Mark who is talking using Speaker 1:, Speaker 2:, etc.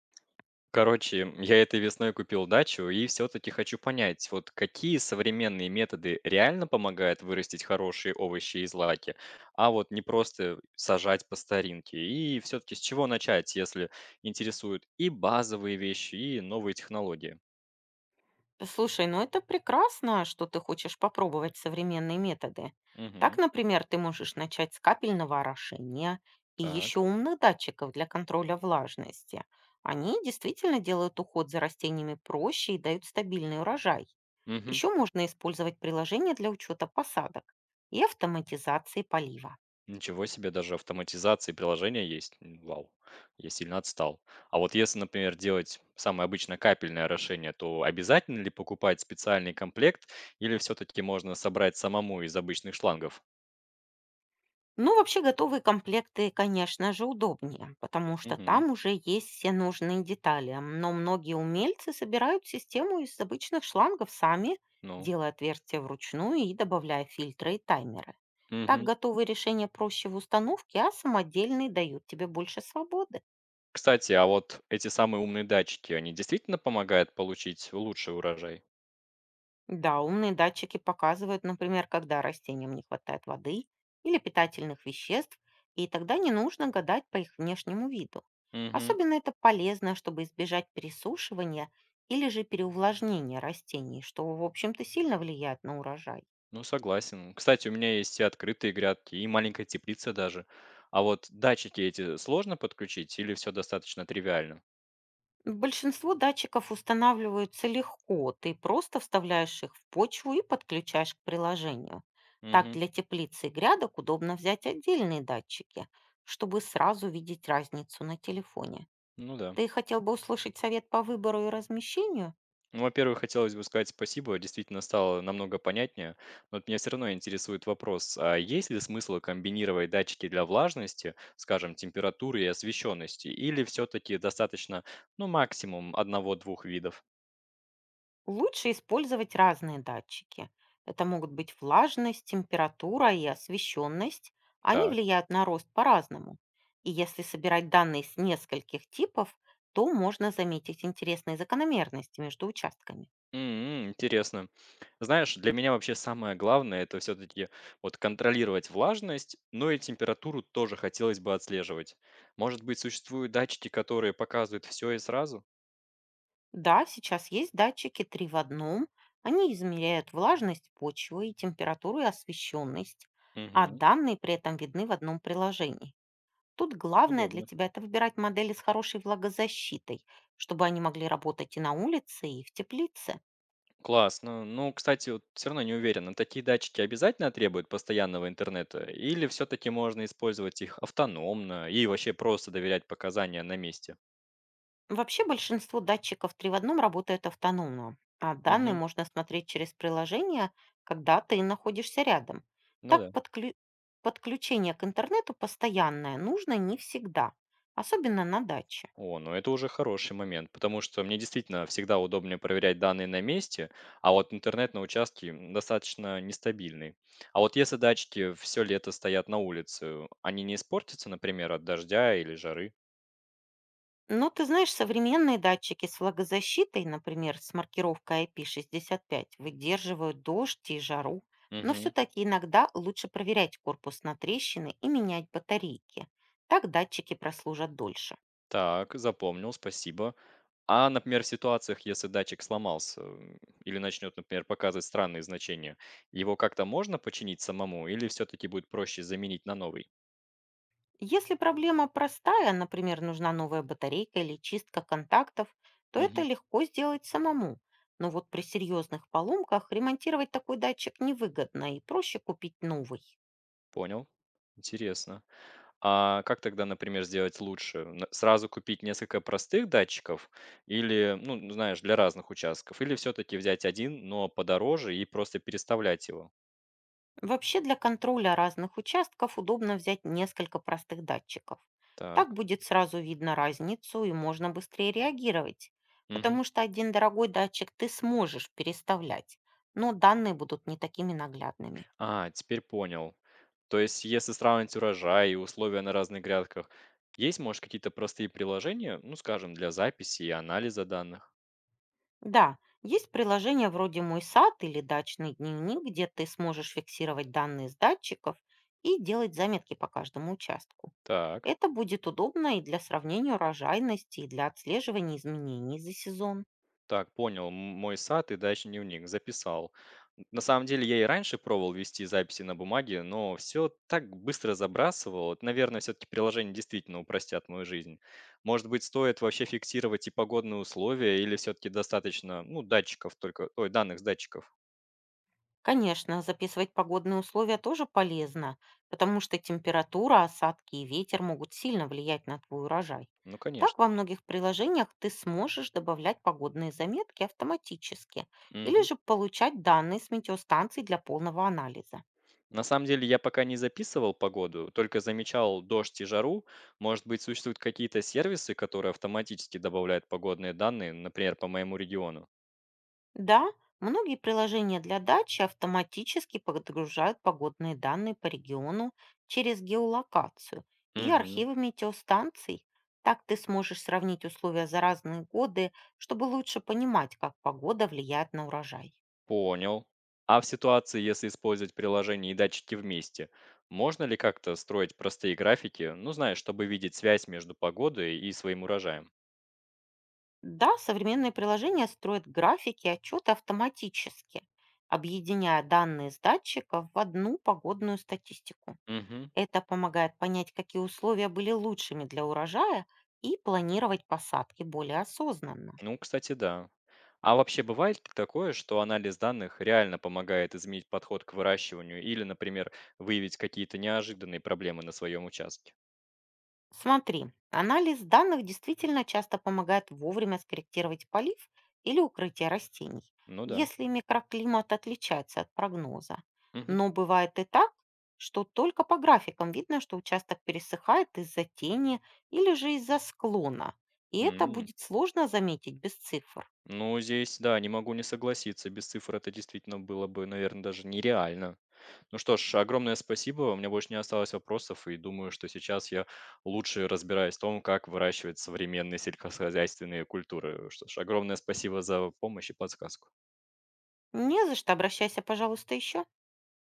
Speaker 1: Короче, я этой весной купил дачу и все-таки хочу понять, вот какие современные методы реально помогают вырастить хорошие овощи и злаки, а вот не просто сажать по старинке. И все-таки с чего начать, если интересуют и базовые вещи, и новые технологии?
Speaker 2: Слушай, ну это прекрасно, что ты хочешь попробовать современные методы. Так,
Speaker 1: Угу,
Speaker 2: например, ты можешь начать с капельного орошения и
Speaker 1: так.
Speaker 2: еще умных датчиков для контроля влажности. Они действительно делают уход за растениями проще и дают стабильный урожай.
Speaker 1: Мгм.
Speaker 2: Еще можно использовать приложение для учета посадок и автоматизации полива.
Speaker 1: Ничего себе, даже автоматизации приложения есть. Вау, я сильно отстал. А вот если, например, делать самое обычное капельное орошение, то обязательно ли покупать специальный комплект или все-таки можно собрать самому из обычных шлангов?
Speaker 2: Ну, вообще готовые комплекты, конечно же, удобнее, потому что
Speaker 1: Мгм.
Speaker 2: там уже есть все нужные детали. Но многие умельцы собирают систему из обычных шлангов сами,
Speaker 1: Ну.
Speaker 2: делая отверстия вручную и добавляя фильтры и таймеры. Так
Speaker 1: Мгм.
Speaker 2: готовые решения проще в установке, а самодельные дают тебе больше свободы.
Speaker 1: Кстати, а вот эти самые умные датчики, они действительно помогают получить лучший урожай?
Speaker 2: Да, умные датчики показывают, например, когда растениям не хватает воды или питательных веществ, и тогда не нужно гадать по их внешнему виду.
Speaker 1: Угу.
Speaker 2: Особенно это полезно, чтобы избежать пересушивания или же переувлажнения растений, что, в общем-то, сильно влияет на урожай.
Speaker 1: Ну, согласен. Кстати, у меня есть и открытые грядки, и маленькая теплица даже. А вот датчики эти сложно подключить или все достаточно тривиально?
Speaker 2: Большинство датчиков устанавливаются легко. Ты просто вставляешь их в почву и подключаешь к приложению. Так
Speaker 1: Мгм.
Speaker 2: для теплицы и грядок удобно взять отдельные датчики, чтобы сразу видеть разницу на телефоне.
Speaker 1: Ну да.
Speaker 2: Ты хотел бы услышать совет по выбору и размещению?
Speaker 1: Ну, во-первых, хотелось бы сказать спасибо, действительно стало намного понятнее. Но вот меня все равно интересует вопрос, а есть ли смысл комбинировать датчики для влажности, скажем, температуры и освещенности, или все-таки достаточно, ну, максимум одного-двух видов?
Speaker 2: Лучше использовать разные датчики. Это могут быть влажность, температура и освещенность. Они
Speaker 1: Так.
Speaker 2: влияют на рост по-разному. И если собирать данные с нескольких типов, то можно заметить интересные закономерности между участками.
Speaker 1: Интересно. Знаешь, для меня вообще самое главное это все-таки вот контролировать влажность, но и температуру тоже хотелось бы отслеживать. Может быть, существуют датчики, которые показывают все и сразу?
Speaker 2: Да, сейчас есть датчики три в одном. Они измеряют влажность почвы и температуру и освещенность, а
Speaker 1: Угу.
Speaker 2: данные при этом видны в одном приложении. Тут главное для
Speaker 1: Удобно.
Speaker 2: тебя– это выбирать модели с хорошей влагозащитой, чтобы они могли работать и на улице, и в теплице.
Speaker 1: Классно. Ну, кстати, вот все равно не уверен, а такие датчики обязательно требуют постоянного интернета или все-таки можно использовать их автономно и вообще просто доверять показания на месте?
Speaker 2: Вообще большинство датчиков 3 в одном работают автономно, а данные
Speaker 1: Мгм.
Speaker 2: можно смотреть через приложение, когда ты находишься рядом.
Speaker 1: Ну
Speaker 2: Так
Speaker 1: да.
Speaker 2: подключение к интернету постоянное нужно не всегда, особенно на даче.
Speaker 1: О, ну это уже хороший момент, потому что мне действительно всегда удобнее проверять данные на месте, а вот интернет на участке достаточно нестабильный. А вот если датчики все лето стоят на улице, они не испортятся, например, от дождя или жары?
Speaker 2: Ну, ты знаешь, современные датчики с влагозащитой, например, с маркировкой IP65, выдерживают дождь и жару, но
Speaker 1: Угу.
Speaker 2: все-таки иногда лучше проверять корпус на трещины и менять батарейки. Так датчики прослужат дольше.
Speaker 1: Так, запомнил, спасибо. А, например, в ситуациях, если датчик сломался, или начнет, например, показывать странные значения, его как-то можно починить самому или все-таки будет проще заменить на новый?
Speaker 2: Если проблема простая, например, нужна новая батарейка или чистка контактов, то это
Speaker 1: Мгм.
Speaker 2: легко сделать самому. Но вот при серьезных поломках ремонтировать такой датчик невыгодно и проще купить новый.
Speaker 1: Понял. Интересно. А как тогда, например, сделать лучше? Сразу купить несколько простых датчиков или, ну, знаешь, для разных участков? Или все-таки взять один, но подороже и просто переставлять его?
Speaker 2: Вообще для контроля разных участков удобно взять несколько простых датчиков. Так
Speaker 1: Так.
Speaker 2: будет сразу видно разницу и можно быстрее реагировать,
Speaker 1: Мгм.
Speaker 2: потому что один дорогой датчик ты сможешь переставлять, но данные будут не такими наглядными.
Speaker 1: А, теперь понял. То есть, если сравнить урожай и условия на разных грядках, есть, может, какие-то простые приложения, ну, скажем, для записи и анализа данных?
Speaker 2: Да, есть приложения вроде «Мой сад» или «Дачный дневник», где ты сможешь фиксировать данные с датчиков и делать заметки по каждому участку.
Speaker 1: Так,
Speaker 2: Это будет удобно и для сравнения урожайности, и для отслеживания изменений за сезон.
Speaker 1: так, понял. Мой сад и дачный дневник записал. На самом деле, я и раньше пробовал вести записи на бумаге, но все так быстро забрасывал. Вот, наверное, все-таки приложения действительно упростят мою жизнь. Может быть, стоит вообще фиксировать и погодные условия, или все-таки достаточно, ну, датчиков только, ой, данных с датчиков?
Speaker 2: Конечно, записывать погодные условия тоже полезно, потому что температура, осадки и ветер могут сильно влиять на твой урожай.
Speaker 1: Ну,
Speaker 2: Так
Speaker 1: конечно.
Speaker 2: во многих приложениях ты сможешь добавлять погодные заметки автоматически или
Speaker 1: Мгм.
Speaker 2: же получать данные с метеостанций для полного анализа.
Speaker 1: На самом деле я пока не записывал погоду, только замечал дождь и жару. Может быть, существуют какие-то сервисы, которые автоматически добавляют погодные данные, например, по моему региону?
Speaker 2: Да, многие приложения для дачи автоматически подгружают погодные данные по региону через геолокацию и
Speaker 1: Мгм.
Speaker 2: архивы метеостанций. Так ты сможешь сравнить условия за разные годы, чтобы лучше понимать, как погода влияет на урожай.
Speaker 1: Понял. А в ситуации, если использовать приложение и датчики вместе, можно ли как-то строить простые графики, ну, знаешь, чтобы видеть связь между погодой и своим урожаем?
Speaker 2: Да, современные приложения строят графики и отчеты автоматически, объединяя данные с датчиков в одну погодную статистику.
Speaker 1: Мгм.
Speaker 2: Это помогает понять, какие условия были лучшими для урожая и планировать посадки более осознанно.
Speaker 1: Ну, кстати, да. А вообще бывает ли такое, что анализ данных реально помогает изменить подход к выращиванию или, например, выявить какие-то неожиданные проблемы на своем участке?
Speaker 2: Смотри, анализ данных действительно часто помогает вовремя скорректировать полив или укрытие растений,
Speaker 1: Ну да.
Speaker 2: если микроклимат отличается от прогноза.
Speaker 1: Мгм.
Speaker 2: Но бывает и так, что только по графикам видно, что участок пересыхает из-за тени или же из-за склона. И это
Speaker 1: М.
Speaker 2: будет сложно заметить без цифр.
Speaker 1: Ну, здесь, да, не могу не согласиться. Без цифр это действительно было бы, наверное, даже нереально. Ну что ж, огромное спасибо. У меня больше не осталось вопросов, и думаю, что сейчас я лучше разбираюсь в том, как выращивать современные сельскохозяйственные культуры. Что ж, огромное спасибо за помощь и подсказку.
Speaker 2: Не за что, обращайся, пожалуйста, еще.